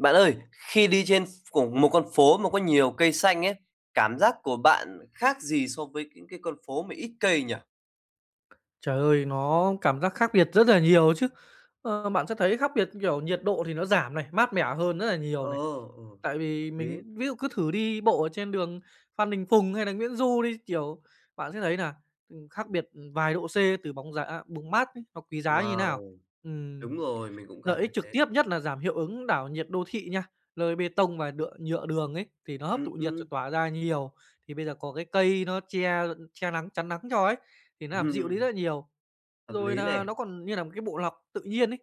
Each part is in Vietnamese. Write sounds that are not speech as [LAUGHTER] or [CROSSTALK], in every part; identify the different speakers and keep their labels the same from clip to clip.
Speaker 1: Bạn ơi, khi đi trên cùng một con phố mà có nhiều cây xanh ấy, cảm giác của bạn khác gì so với những cái con phố mà ít cây nhỉ?
Speaker 2: Trời ơi, nó cảm giác khác biệt rất là nhiều chứ. Bạn sẽ thấy khác biệt, kiểu, nhiệt độ thì nó giảm này, mát mẻ hơn rất là
Speaker 1: Ờ,
Speaker 2: nhiều này.
Speaker 1: ờ,
Speaker 2: Tại
Speaker 1: hợp
Speaker 2: vì
Speaker 1: lý.
Speaker 2: mình ví dụ cứ thử đi bộ ở trên đường Phan Đình Phùng hay là Nguyễn Du đi, kiểu, bạn sẽ thấy là khác biệt, vài độ C từ bóng giá à, bóng mát ấy, nó quý giá như thế nào.
Speaker 1: Wow,
Speaker 2: Ừm,
Speaker 1: đúng rồi, mình cũng
Speaker 2: Lợi
Speaker 1: cảm thấy
Speaker 2: ích trực
Speaker 1: thế.
Speaker 2: tiếp nhất là giảm hiệu ứng đảo nhiệt đô thị nha, lơi bê tông và đựa nhựa đường ấy, thì nó hấp thụ
Speaker 1: Ừm,
Speaker 2: nhiệt
Speaker 1: ừm,
Speaker 2: rồi tỏa ra nhiều. Thì bây giờ có cái cây nó che che nắng, chắn nắng cho ấy, thì nó làm dịu đi rất
Speaker 1: ừm,
Speaker 2: là nhiều.
Speaker 1: hợp
Speaker 2: Rồi
Speaker 1: lý
Speaker 2: là
Speaker 1: này.
Speaker 2: nó còn như là một cái bộ lọc tự nhiên ấy,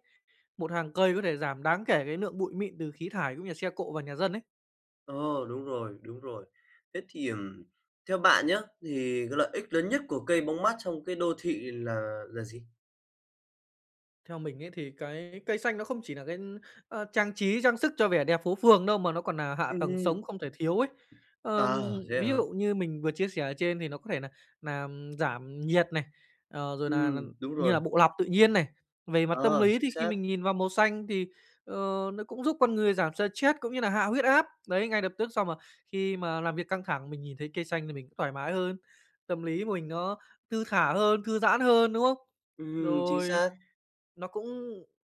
Speaker 2: một hàng cây có thể giảm đáng kể cái lượng bụi mịn từ khí thải cũng như là xe cộ và nhà dân ấy.
Speaker 1: Ờ, đúng rồi, đúng rồi. Thế thì, theo bạn nhá, thì cái lợi ích lớn nhất của cây bóng mát trong cái đô thị là gì?
Speaker 2: Theo mình ấy thì cái cây xanh nó không chỉ là cái, trang trí, trang sức cho vẻ đẹp phố phường đâu, mà nó còn là hạ tầng
Speaker 1: Ừm,
Speaker 2: sống không thể thiếu ấy.
Speaker 1: à, thế
Speaker 2: Ví
Speaker 1: hả?
Speaker 2: dụ như mình vừa chia sẻ ở trên thì nó có thể là làm giảm nhiệt này, rồi là
Speaker 1: Đúng
Speaker 2: như
Speaker 1: rồi.
Speaker 2: là bộ lọc tự nhiên này. Về mặt tâm
Speaker 1: Ờ,
Speaker 2: lý
Speaker 1: chính
Speaker 2: thì khi
Speaker 1: xác.
Speaker 2: mình nhìn vào màu xanh thì, nó cũng giúp con người giảm stress cũng như là hạ huyết áp. Đấy, ngay lập tức sau mà khi mà làm việc căng thẳng mình nhìn thấy cây xanh thì mình cũng thoải mái hơn, tâm lý mình nó thư thả hơn, thư giãn hơn, đúng không?
Speaker 1: Chính
Speaker 2: Rồi
Speaker 1: xác.
Speaker 2: nó cũng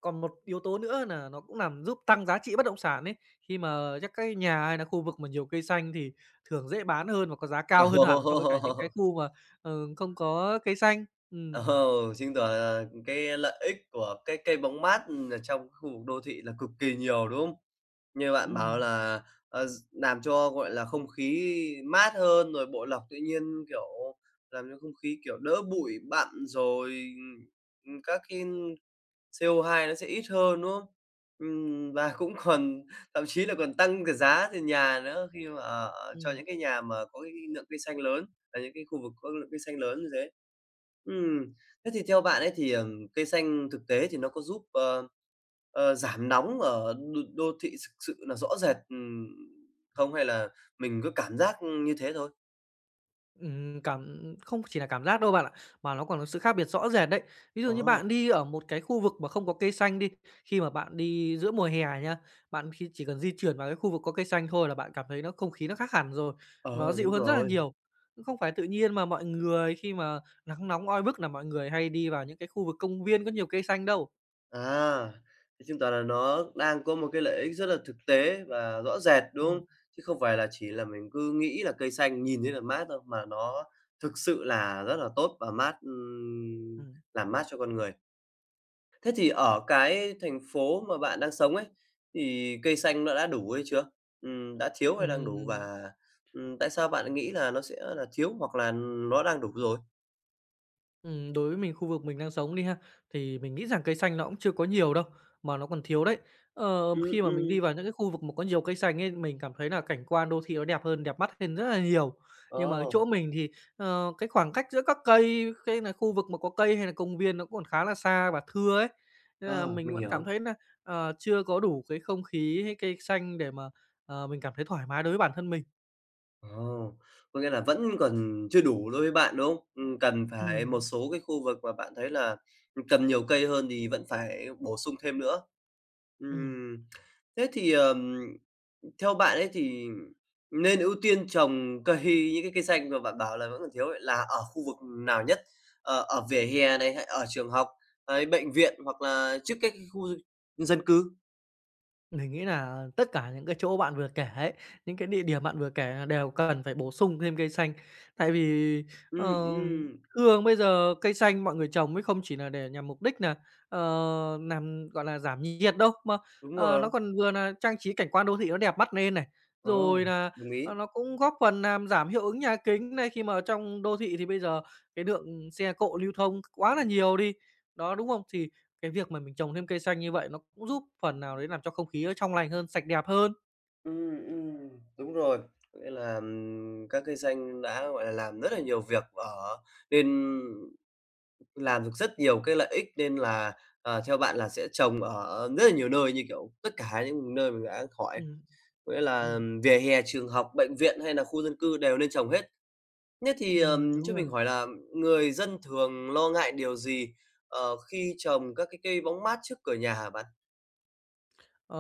Speaker 2: còn một yếu tố nữa là nó cũng làm giúp tăng giá trị bất động sản ấy. Khi mà các cái nhà hay là khu vực mà nhiều cây xanh thì thường dễ bán hơn và có giá cao hơn hẳn so với cả những cái
Speaker 1: [LAUGHS]
Speaker 2: khu mà, ờ, không có cây xanh. Ừm.
Speaker 1: Ồ, chứng tỏ là cái lợi ích của cái cây bóng mát, ừ, ở trong khu vực đô thị là cực kỳ nhiều, đúng không? Như bạn bảo
Speaker 2: Ừm,
Speaker 1: là, gi làm cho, gọi là, không khí mát hơn, rồi bộ lọc tự nhiên, kiểu, làm cho không khí, kiểu, đỡ bụi bặm, rồi, ừm, các cái CO2 nó sẽ ít hơn, đúng không? Và [LAUGHS] cũng còn thậm chí là còn tăng cái giá tiền nhà nữa khi mà ở cho
Speaker 2: ừm.
Speaker 1: những cái nhà mà có cái lượng cây xanh lớn, là những cái khu vực có lượng cây xanh lớn như thế. Ừm, thế thì theo bạn ấy thì, cây xanh thực tế thì nó có giúp, giảm nóng ở đô đô thị thực sự là rõ rệt, không? Hay là mình cứ cảm giác như thế thôi?
Speaker 2: Cảm không chỉ là cảm giác đâu bạn ạ, mà nó còn có sự khác biệt rõ rệt đấy. Ví dụ như
Speaker 1: Ờ,
Speaker 2: bạn đi ở một cái khu vực mà không có cây xanh đi, khi mà bạn đi giữa mùa hè nha, bạn khi chỉ cần di chuyển vào cái khu vực có cây xanh thôi là bạn cảm thấy nó không khí nó khác hẳn rồi, nó
Speaker 1: ờ,
Speaker 2: dịu
Speaker 1: đúng
Speaker 2: hơn rất là
Speaker 1: rồi.
Speaker 2: nhiều. Không phải tự nhiên mà mọi người khi mà nắng nóng oi bức là mọi người hay đi vào những cái khu vực công viên có nhiều cây xanh đâu.
Speaker 1: À, thế chứng tỏ là nó đang có một cái lợi ích rất là thực tế và rõ rệt, đúng
Speaker 2: Ừm.
Speaker 1: không? Chứ không phải là chỉ là mình cứ nghĩ là cây xanh nhìn thấy là mát đâu, mà nó thực sự là rất là tốt và mát,
Speaker 2: Ừm,
Speaker 1: làm mát cho con người. Thế thì ở cái thành phố mà bạn đang sống ấy, thì cây xanh nó đã đủ hay chưa? Đã thiếu hay đang đủ?
Speaker 2: ừm.
Speaker 1: Và, tại sao bạn nghĩ là nó sẽ là thiếu hoặc là nó đang đủ rồi?
Speaker 2: Đối với mình, khu vực mình đang sống đi ha, thì mình nghĩ rằng cây xanh nó cũng chưa có nhiều đâu, mà nó còn thiếu đấy.
Speaker 1: Ừm,
Speaker 2: Khi mà mình
Speaker 1: ừm.
Speaker 2: đi vào những cái khu vực mà có nhiều cây xanh ấy, mình cảm thấy là cảnh quan đô thị nó đẹp hơn, đẹp mắt hơn rất là nhiều. Nhưng mà ở
Speaker 1: Ồ,
Speaker 2: chỗ mình thì, cái khoảng cách giữa các cây, cái là khu vực mà có cây hay là công viên nó cũng còn khá là xa và thưa ấy, nên là
Speaker 1: ờ,
Speaker 2: mình
Speaker 1: mình
Speaker 2: vẫn cảm
Speaker 1: hiểu.
Speaker 2: thấy là chưa có đủ cái không khí hay cây xanh để mà, mình cảm thấy thoải mái đối với bản thân mình.
Speaker 1: Ồ, có nghĩa là vẫn còn chưa đủ đối với bạn, đúng không? Cần phải một
Speaker 2: Ừm,
Speaker 1: số cái khu vực mà bạn thấy là cần nhiều cây hơn thì vẫn phải bổ sung thêm nữa.
Speaker 2: ừm.
Speaker 1: Ừm, thế thì, theo bạn ấy thì nên ưu tiên trồng cây những cái cây xanh mà bạn bảo là vẫn còn thiếu ấy, là ở khu vực nào nhất? Ờ, ở vỉa hè này, hay ở trường học, ấy, bệnh viện hoặc là trước các cái khu dân cư?
Speaker 2: Mình nghĩ là tất cả những cái chỗ bạn vừa kể ấy, những cái địa điểm bạn vừa kể là đều cần phải bổ sung thêm cây xanh. Tại vì, ờ,
Speaker 1: Ừm, ừm,
Speaker 2: thường bây giờ cây xanh mọi người trồng ấy không chỉ là để nhằm mục đích là ờ, làm, gọi là, giảm nhiệt đâu, mà,
Speaker 1: đúng rồi.
Speaker 2: nó còn vừa là trang trí cảnh quan đô thị nó đẹp mắt lên này,
Speaker 1: Ờ,
Speaker 2: rồi là
Speaker 1: đồng ý.
Speaker 2: nó cũng góp phần làm giảm hiệu ứng nhà kính này, khi mà ở trong đô thị thì bây giờ cái lượng xe cộ lưu thông quá là nhiều đi. Đó, đúng không? Thì cái việc mà mình trồng thêm cây xanh như vậy nó cũng giúp phần nào đấy làm cho không khí nó trong lành hơn, sạch đẹp hơn.
Speaker 1: Ừm, ừm, đúng rồi. Có nghĩa là, các cây xanh đã, gọi là, làm rất là nhiều việc ở nên làm được rất nhiều cái lợi ích nên là, theo bạn là sẽ trồng ở rất là nhiều nơi như, kiểu, tất cả những nơi mình đã hỏi.
Speaker 2: Ừm,
Speaker 1: Có nghĩa là
Speaker 2: ừm,
Speaker 1: vỉa hè, trường học, bệnh viện hay là khu dân cư đều nên trồng hết. Nhất thì, cho
Speaker 2: đúng rồi.
Speaker 1: mình hỏi là người dân thường lo ngại điều gì, khi trồng các cái cây bóng mát trước cửa nhà hả bạn?
Speaker 2: Ờ,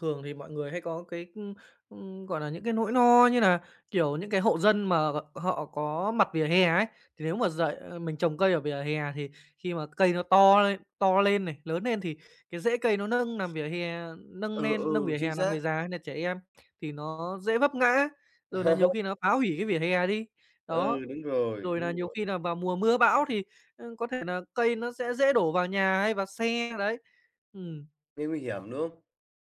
Speaker 2: Thường thì mọi người hay có cái, ưm, ưm, gọi là, những cái nỗi no như nà, kiểu, những cái hộ dân mà họ có mặt vỉa hè ấy, thì nếu mà dậy mình trồng cây ở vỉa hè thì khi mà cây nó to lên này, lớn lên thì cái rễ cây nó nâng làm vỉa hè nâng lên nâng
Speaker 1: Ừ,
Speaker 2: vỉa
Speaker 1: chính
Speaker 2: hè làm
Speaker 1: xác.
Speaker 2: người già hay nà trẻ em thì nó dễ vấp ngã, rồi nà nhiều khi
Speaker 1: [LAUGHS]
Speaker 2: nó phá hủy cái vỉa hè đi. Đó.
Speaker 1: Ừ, đúng rồi,
Speaker 2: Rồi
Speaker 1: đúng
Speaker 2: là nhiều
Speaker 1: rồi.
Speaker 2: khi là vào mùa mưa bão thì, có thể là cây nó sẽ dễ đổ vào nhà hay vào xe, đấy. Ừm,
Speaker 1: Gây nguy hiểm, đúng không?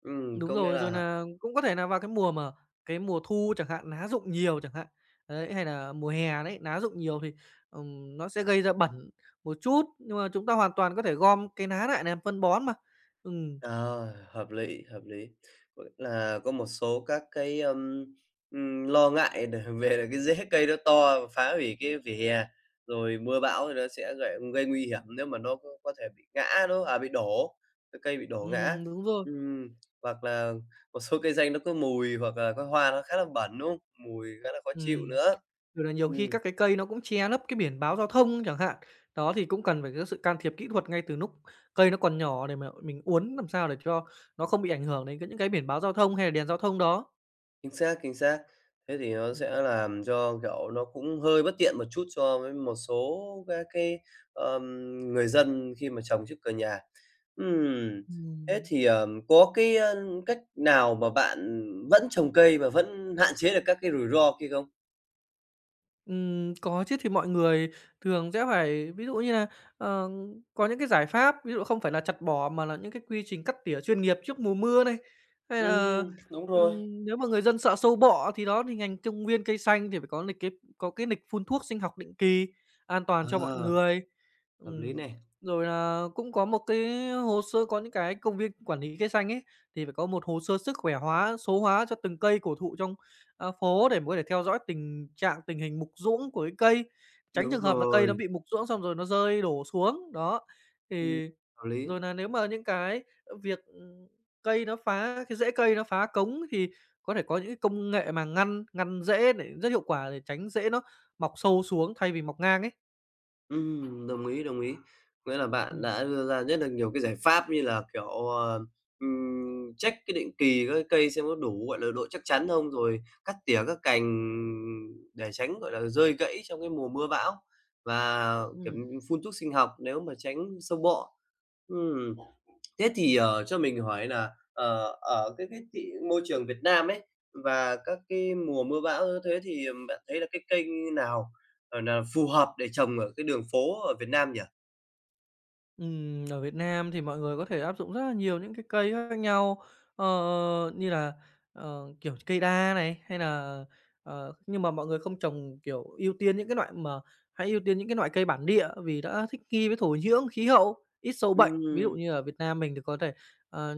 Speaker 2: đúng
Speaker 1: Có nghĩa
Speaker 2: rồi, rồi
Speaker 1: là
Speaker 2: là cũng có thể là vào cái mùa mà cái mùa thu chẳng hạn, lá rụng nhiều chẳng hạn, đấy, hay là mùa hè đấy, lá rụng nhiều thì, nó sẽ gây ra bẩn một chút, nhưng mà chúng ta hoàn toàn có thể gom cái lá lại làm phân bón mà. Ừm,
Speaker 1: ờ, hợp lý, hợp lý. Có nghĩa là có một số các cái, lo ngại để [LAUGHS] về là cái rễ cây nó to và phá hủy cái vỉa hè, rồi mưa bão thì nó sẽ gậy gây nguy hiểm nếu mà nó có thể bị ngã, đúng không? À, bị đổ, cái cây bị đổ ngã.
Speaker 2: đúng rồi.
Speaker 1: Ừm, hoặc là một số cây xanh nó có mùi, hoặc là cái hoa nó khá là bẩn, đúng không? Mùi khá là khó chịu
Speaker 2: Ừm,
Speaker 1: nữa.
Speaker 2: rồi là nhiều khi
Speaker 1: Ừm.
Speaker 2: các cái cây nó cũng che lấp cái biển báo giao thông chẳng hạn. Đó, thì cũng cần phải có sự can thiệp kỹ thuật ngay từ lúc cây nó còn nhỏ để mà mình uốn làm sao để cho nó không bị ảnh hưởng đến cái những cái biển báo giao thông hay là đèn giao thông đó.
Speaker 1: Chính xác, chính xác. Thế thì nó
Speaker 2: Ừm.
Speaker 1: sẽ làm cho, kiểu, nó cũng hơi bất tiện một chút cho với một số các cái, ờm, người dân khi mà trồng trước cửa nhà. Ừm, thế
Speaker 2: Ừm.
Speaker 1: thì, có cái, cách nào mà bạn vẫn trồng cây mà vẫn hạn chế được các cái rủi ro kia không?
Speaker 2: Có chứ. Thì mọi người thường sẽ phải ví dụ như là, ờ, có những cái giải pháp, ví dụ không phải là chặt bỏ mà là những cái quy trình cắt tỉa chuyên nghiệp trước mùa mưa này, hay là,
Speaker 1: Đúng rồi.
Speaker 2: nếu mà người dân sợ sâu bọ thì đó, thì ngành công viên cây xanh thì phải có lịch cái có cái lịch phun thuốc sinh học định kỳ an toàn cho mọi
Speaker 1: Ờ,
Speaker 2: người.
Speaker 1: hợp lý
Speaker 2: Ừm,
Speaker 1: này.
Speaker 2: rồi là cũng có một cái hồ sơ có những cái công viên quản lý cây xanh ấy, thì phải có một hồ sơ sức khỏe hóa, số hóa cho từng cây cổ thụ trong phố để mà có thể theo dõi tình trạng, tình hình mục ruỗng của cái cây, tránh
Speaker 1: Đúng
Speaker 2: trường hợp là cây nó
Speaker 1: rồi,
Speaker 2: bị mục ruỗng xong rồi nó rơi đổ xuống, đó.
Speaker 1: ừm,
Speaker 2: Thì
Speaker 1: hợp lý.
Speaker 2: rồi là nếu mà những cái, việc, cây nó phá cái rễ cây nó phá cống thì có thể có những cái công nghệ mà ngăn ngăn rễ để rất hiệu quả để tránh rễ nó mọc sâu xuống thay vì mọc ngang ấy.
Speaker 1: Đồng ý, đồng ý. Nghĩa là bạn
Speaker 2: Ừm,
Speaker 1: đã đưa ra rất là nhiều cái giải pháp như là, kiểu, check cái định kỳ các cái cây xem có đủ, gọi là, độ chắc chắn không, rồi cắt tỉa các cành để tránh, gọi là, rơi gãy trong cái mùa mưa bão và, kiểu,
Speaker 2: ừm.
Speaker 1: phun thuốc sinh học nếu mà tránh sâu bọ. Ừm. Thế thì, cho mình hỏi là, ở cái thị môi trường Việt Nam ấy, và các cái mùa mưa bão như thế thì bạn thấy là cái kênh nào, nà phù hợp để trồng ở cái đường phố ở Việt Nam nhỉ?
Speaker 2: Ở Việt Nam thì mọi người có thể áp dụng rất là nhiều những cái cây khác nhau, ờ, như là, kiểu, cây đa này, hay là nhưng mà mọi người không trồng, kiểu, ưu tiên những cái loại mà hãy ưu tiên những cái loại cây bản địa vì đã thích nghi với thổ nhưỡng, khí hậu, ít sâu bệnh. Ví dụ
Speaker 1: Ừm,
Speaker 2: như ở Việt Nam mình thì có thể, ờ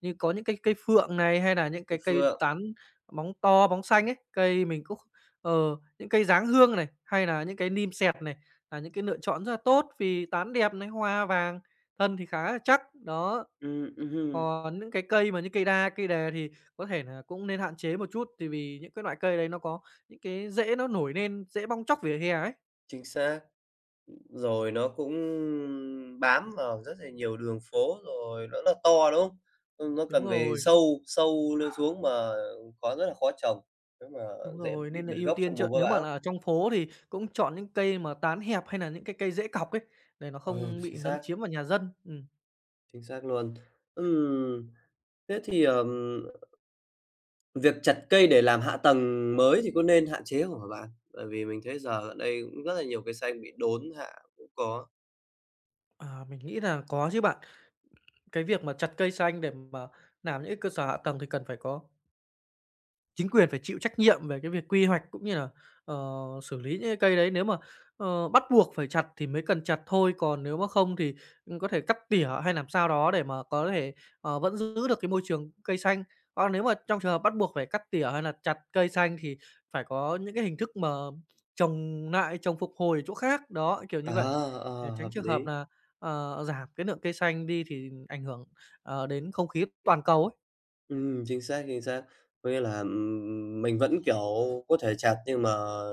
Speaker 2: như có những cái cây phượng này, hay là những
Speaker 1: cái
Speaker 2: cái cây
Speaker 1: phượng,
Speaker 2: tán bóng to, bóng xanh ấy, cây mình cũng ờ, những cây dáng hương này, hay là những cái nim sẹt này, là những cái lựa chọn rất là tốt vì tán đẹp này, hoa vàng, thân thì khá là chắc. Đó,
Speaker 1: ừm, ừm
Speaker 2: còn những cái cây mà như cây đa, cây đề thì có thể là cũng nên hạn chế một chút, thì vì những cái loại cây đấy nó có những cái rễ nó nổi lên, dễ bong tróc vỉa hè ấy.
Speaker 1: chính xác. Rồi nó cũng bám vào rất là nhiều đường phố, rồi nó là to, đúng không? Nó
Speaker 2: Đúng
Speaker 1: cần về
Speaker 2: rồi.
Speaker 1: sâu sâu lên xuống mà rất là khó trồng, nếu mà
Speaker 2: Đúng
Speaker 1: dễ
Speaker 2: rồi,
Speaker 1: bị
Speaker 2: nên là
Speaker 1: bật
Speaker 2: ưu
Speaker 1: gốc
Speaker 2: tiên
Speaker 1: trong mùa
Speaker 2: chọn
Speaker 1: mưa
Speaker 2: nếu mà
Speaker 1: bão.
Speaker 2: là trong phố thì cũng chọn những cây mà tán hẹp hay là những cái cây dễ cọc ấy, để nó
Speaker 1: Ừ,
Speaker 2: không
Speaker 1: chính
Speaker 2: bị lấn
Speaker 1: xác.
Speaker 2: chiếm vào nhà dân.
Speaker 1: Chính xác luôn. Ừm, thế thì, việc chặt cây để làm hạ tầng mới thì có nên hạn chế không hả bạn? Bởi vì mình thấy giờ gần đây cũng rất là nhiều cây xanh bị đốn hạ cũng có.
Speaker 2: À, mình nghĩ là có chứ bạn. Cái việc mà chặt cây xanh để mà làm những cái cơ sở hạ tầng thì cần phải có. Chính quyền phải chịu trách nhiệm về cái việc quy hoạch cũng như là, ờ, xử lý những cái cây đấy. Nếu mà, bắt buộc phải chặt thì mới cần chặt thôi, còn nếu mà không thì, ừ, có thể cắt tỉa hay làm sao đó để mà có thể, vẫn giữ được cái môi trường cây xanh. Còn nếu mà trong trường hợp bắt buộc phải cắt tỉa hay là chặt cây xanh thì phải có những cái hình thức mà trồng lại, phục hồi ở chỗ khác, đó, kiểu
Speaker 1: À,
Speaker 2: như vậy,
Speaker 1: ờ,
Speaker 2: để tránh
Speaker 1: hợp
Speaker 2: trường hợp
Speaker 1: lý.
Speaker 2: là giảm cái lượng cây xanh đi thì ảnh hưởng, đến không khí toàn cầu ấy.
Speaker 1: Chính xác, chính xác. Có nghĩa là, mình vẫn, kiểu, có thể chặt nhưng mà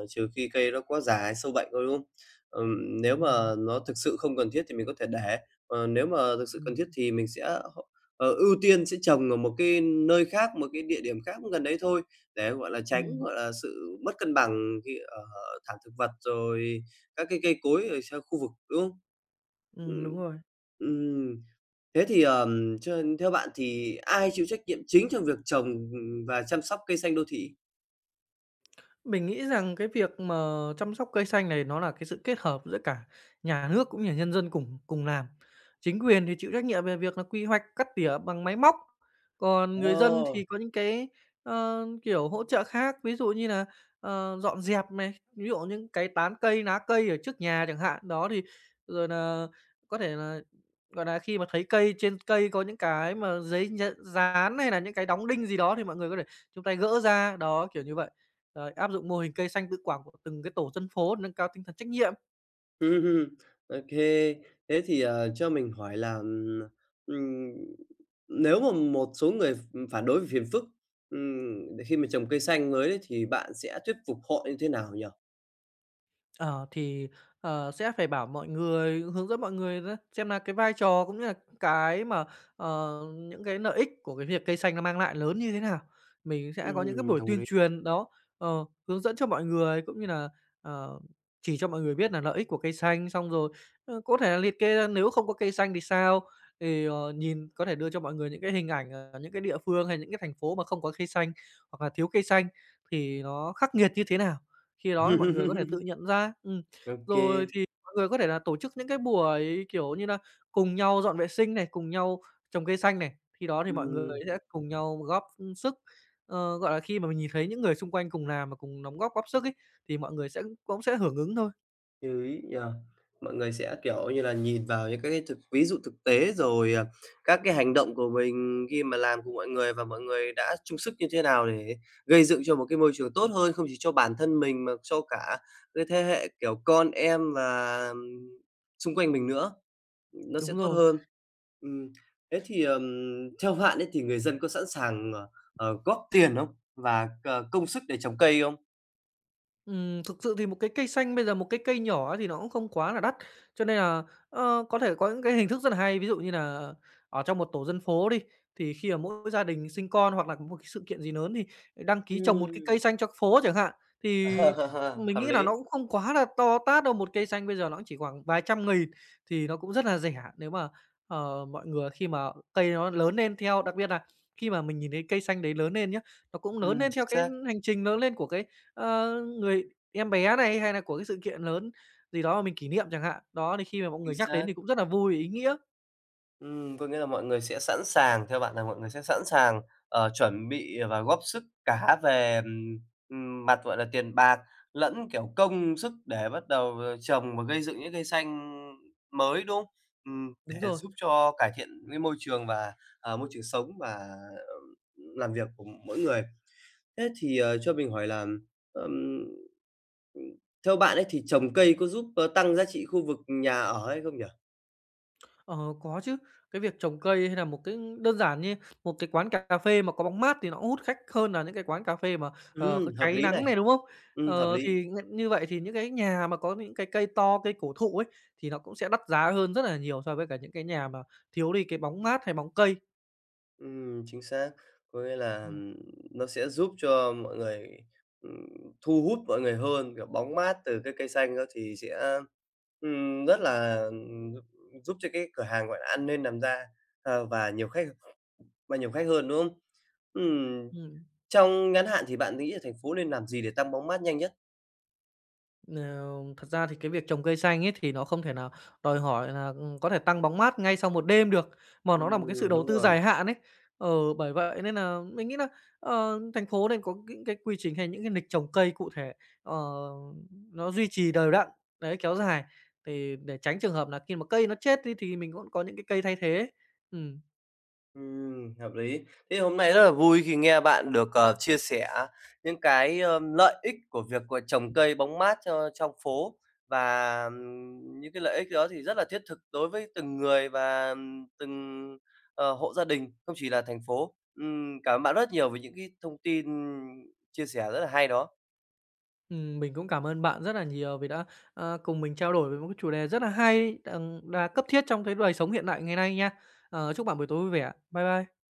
Speaker 1: trừ khi cây nó quá già hay sâu bệnh thôi, đúng không? Nếu
Speaker 2: Ừm.
Speaker 1: mà nó thực sự không cần thiết thì mình có thể để, còn nếu mà thực sự cần
Speaker 2: Ừm.
Speaker 1: thiết thì mình sẽ h ờ, ưu tiên sẽ trồng ở một cái nơi khác, một cái địa điểm khác gần đấy thôi, để, gọi là, tránh,
Speaker 2: Ừm,
Speaker 1: gọi là, sự mất cân bằng khi ở thảm thực vật, rồi các cái cây cối ở xa khu vực, đúng không?
Speaker 2: ừm,
Speaker 1: Ừm.
Speaker 2: đúng rồi.
Speaker 1: Ừm. Thế thì, cho theo bạn thì ai chịu trách nhiệm chính trong việc trồng, và chăm sóc cây xanh đô thị?
Speaker 2: Mình nghĩ rằng cái việc mà chăm sóc cây xanh này nó là cái sự kết hợp giữa cả nhà nước cũng như là nhân dân cùng cùng làm. Chính quyền thì chịu trách nhiệm về việc là quy hoạch, cắt tỉa bằng máy móc, còn người dân
Speaker 1: Ồ! [LAUGHS]
Speaker 2: thì có những cái, kiểu, hỗ trợ khác, ví dụ như là, dọn dẹp này, ví dụ những cái tán cây, lá cây ở trước nhà chẳng hạn. Đó, thì rồi là có thể là, gọi là khi mà thấy cây trên cây có những cái mà giấy nh dán hay là những cái đóng đinh gì đó thì mọi người có thể chúng ta gỡ ra, đó, kiểu như vậy. Rồi, áp dụng mô hình cây xanh tự quản của từng cái tổ dân phố để nâng cao tinh thần trách nhiệm.
Speaker 1: Hưm, ô thế thì, cho mình hỏi là, ừm, nếu mà một số người phản đối về phiền phức, để khi mà trồng cây xanh mới đấy thì bạn sẽ thuyết phục họ như thế nào nhỉ?
Speaker 2: Ờ, thì, sẽ phải bảo mọi người hướng dẫn mọi người đó, xem là cái vai trò cũng như là cái mà, những cái lợi ích của cái việc cây xanh nó mang lại lớn như thế nào. Mình sẽ có những cái buổi
Speaker 1: Đồng
Speaker 2: tuyên
Speaker 1: ý.
Speaker 2: truyền đó, hướng dẫn cho mọi người cũng như là, ờ, chỉ cho mọi người biết là lợi ích của cây xanh, xong rồi, có thể là liệt kê ra nếu không có cây xanh thì sao, thì, nhìn có thể đưa cho mọi người những cái hình ảnh, những cái địa phương hay những cái thành phố mà không có cây xanh hoặc là thiếu cây xanh thì nó khắc nghiệt như thế nào. Khi đó thì mọi người có thể
Speaker 1: [LAUGHS]
Speaker 2: tự nhận ra.
Speaker 1: Ô kê,
Speaker 2: Rồi thì mọi người có thể là tổ chức những cái buổi, kiểu như là, cùng nhau dọn vệ sinh này, cùng nhau trồng cây xanh này, khi đó thì mọi người sẽ cùng nhau góp, ừ, sức. Ờ, gọi là, khi mà mình nhìn thấy những người xung quanh cùng làm và cùng đóng góp góp sức ấy, thì mọi người cũng sẽ hưởng ứng thôi.
Speaker 1: như ý nhỉ? Mọi người sẽ, kiểu như là, nhìn vào những các cái ví dụ thực tế, rồi, à, các cái hành động của mình khi mà làm cùng mọi người và mọi người đã chung sức như thế nào để gây dựng cho một cái môi trường tốt hơn, không chỉ cho bản thân mình mà cho cả cái thế hệ, kiểu, con em và, xung quanh mình nữa, nó sẽ
Speaker 2: Đúng
Speaker 1: tốt
Speaker 2: rồi.
Speaker 1: hơn. Ừm, thế thì, theo bạn ấy thì người dân có sẵn sàng, góp tiền không? Và công sức để trồng cây không?
Speaker 2: Thực sự thì một cái cây xanh bây giờ một cái cây nhỏ ấy thì nó cũng không quá là đắt, cho nên là, có thể có những cái hình thức rất là hay. Ví dụ như là ở trong một tổ dân phố đi, thì khi mà mỗi gia đình sinh con hoặc là có một cái sự kiện gì lớn thì đăng ký trồng một cái cây
Speaker 1: Ừm.
Speaker 2: xanh cho phố chẳng hạn. Thì
Speaker 1: [LAUGHS]
Speaker 2: mình
Speaker 1: Hợp
Speaker 2: nghĩ là
Speaker 1: lý.
Speaker 2: nó cũng không quá là to tát đâu, một cây xanh bây giờ nó chỉ khoảng vài trăm nghìn thì nó cũng rất là rẻ nếu mà, mọi người khi mà cây nó lớn lên theo. Đặc biệt là khi mà mình nhìn thấy cây xanh đấy lớn lên nhá, nó cũng lớn lên
Speaker 1: Chính
Speaker 2: theo cái
Speaker 1: xác,
Speaker 2: hành trình lớn lên của cái người em bé này, hay là của cái sự kiện lớn gì đó mà mình kỷ niệm chẳng hạn. Đó, thì khi mà mọi
Speaker 1: chính
Speaker 2: người nhắc
Speaker 1: xác.
Speaker 2: đến thì cũng rất là vui, ý nghĩa.
Speaker 1: Có nghĩa là mọi người sẽ sẵn sàng theo bạn là mọi người sẽ sẵn sàng, chuẩn bị và góp sức cả về, mặt, gọi là, tiền bạc lẫn, kiểu, công sức để bắt đầu, trồng và gây dựng những cây xanh mới, đúng không? Ừm,
Speaker 2: Đúng
Speaker 1: để
Speaker 2: rồi,
Speaker 1: giúp cho cải thiện cái môi trường và, môi trường sống và, ờ, làm việc của mỗi người. Thế thì, cho mình hỏi là, ờm, ừm, theo bạn ấy thì trồng cây có giúp, tăng giá trị khu vực nhà ở hay không nhỉ?
Speaker 2: ờ, có chứ. Cái việc trồng cây hay là một cái đơn giản như một cái quán cà phê mà có bóng mát thì nó cũng hút khách hơn là những cái quán cà phê mà, có
Speaker 1: Hợp
Speaker 2: cháy
Speaker 1: lý này.
Speaker 2: nắng này, đúng không?
Speaker 1: Hợp
Speaker 2: Ờ,
Speaker 1: lý.
Speaker 2: thì như vậy thì những cái nhà mà có những cái cây to, cây cổ thụ ấy, thì nó cũng sẽ đắt giá hơn rất là nhiều so với cả những cái nhà mà thiếu đi cái bóng mát hay bóng cây.
Speaker 1: Chính xác. Có nghĩa là,
Speaker 2: Ừm,
Speaker 1: nó sẽ giúp cho mọi người, ừm, thu hút mọi người hơn, kiểu, bóng mát từ cái cây xanh đó thì sẽ, rất là, giúp cho cái cửa hàng, gọi là, ăn nên làm ra, ờ, và nhiều khách và nhiều khách hơn, đúng không? Ừm,
Speaker 2: ừm.
Speaker 1: trong ngắn hạn thì bạn nghĩ là thành phố nên làm gì để tăng bóng mát nhanh nhất?
Speaker 2: Ờ, thật ra thì cái việc trồng cây xanh ấy thì nó không thể nào đòi hỏi là, có thể tăng bóng mát ngay sau một đêm được, mà nó là một cái sự
Speaker 1: Ừm,
Speaker 2: đầu
Speaker 1: đúng
Speaker 2: tư
Speaker 1: rồi.
Speaker 2: dài hạn ấy. Ờ, bởi vậy nên là mình nghĩ là, thành phố nên có những cái quy trình hay những cái lịch trồng cây cụ thể, ờ, nó duy trì đều đặn, đấy, kéo dài, thì để tránh trường hợp là khi mà cây nó chết đi thì mình cũng có những cái cây thay thế. Ừm.
Speaker 1: Hợp lý. Thế hôm nay rất là vui khi nghe bạn được, chia sẻ những cái, lợi ích của việc, trồng cây bóng mát cho trong phố và, những cái lợi ích đó thì rất là thiết thực đối với từng người và, từng, hộ gia đình, không chỉ là thành phố. Cảm ơn bạn rất nhiều về những cái thông tin chia sẻ rất là hay đó.
Speaker 2: Mình cũng cảm ơn bạn rất là nhiều vì đã, cùng mình trao đổi về một cái chủ đề rất là hay, đang là cấp thiết trong cái đời sống hiện đại ngày nay nha. Ờ, chúc bạn buổi tối vui vẻ. Bye bye.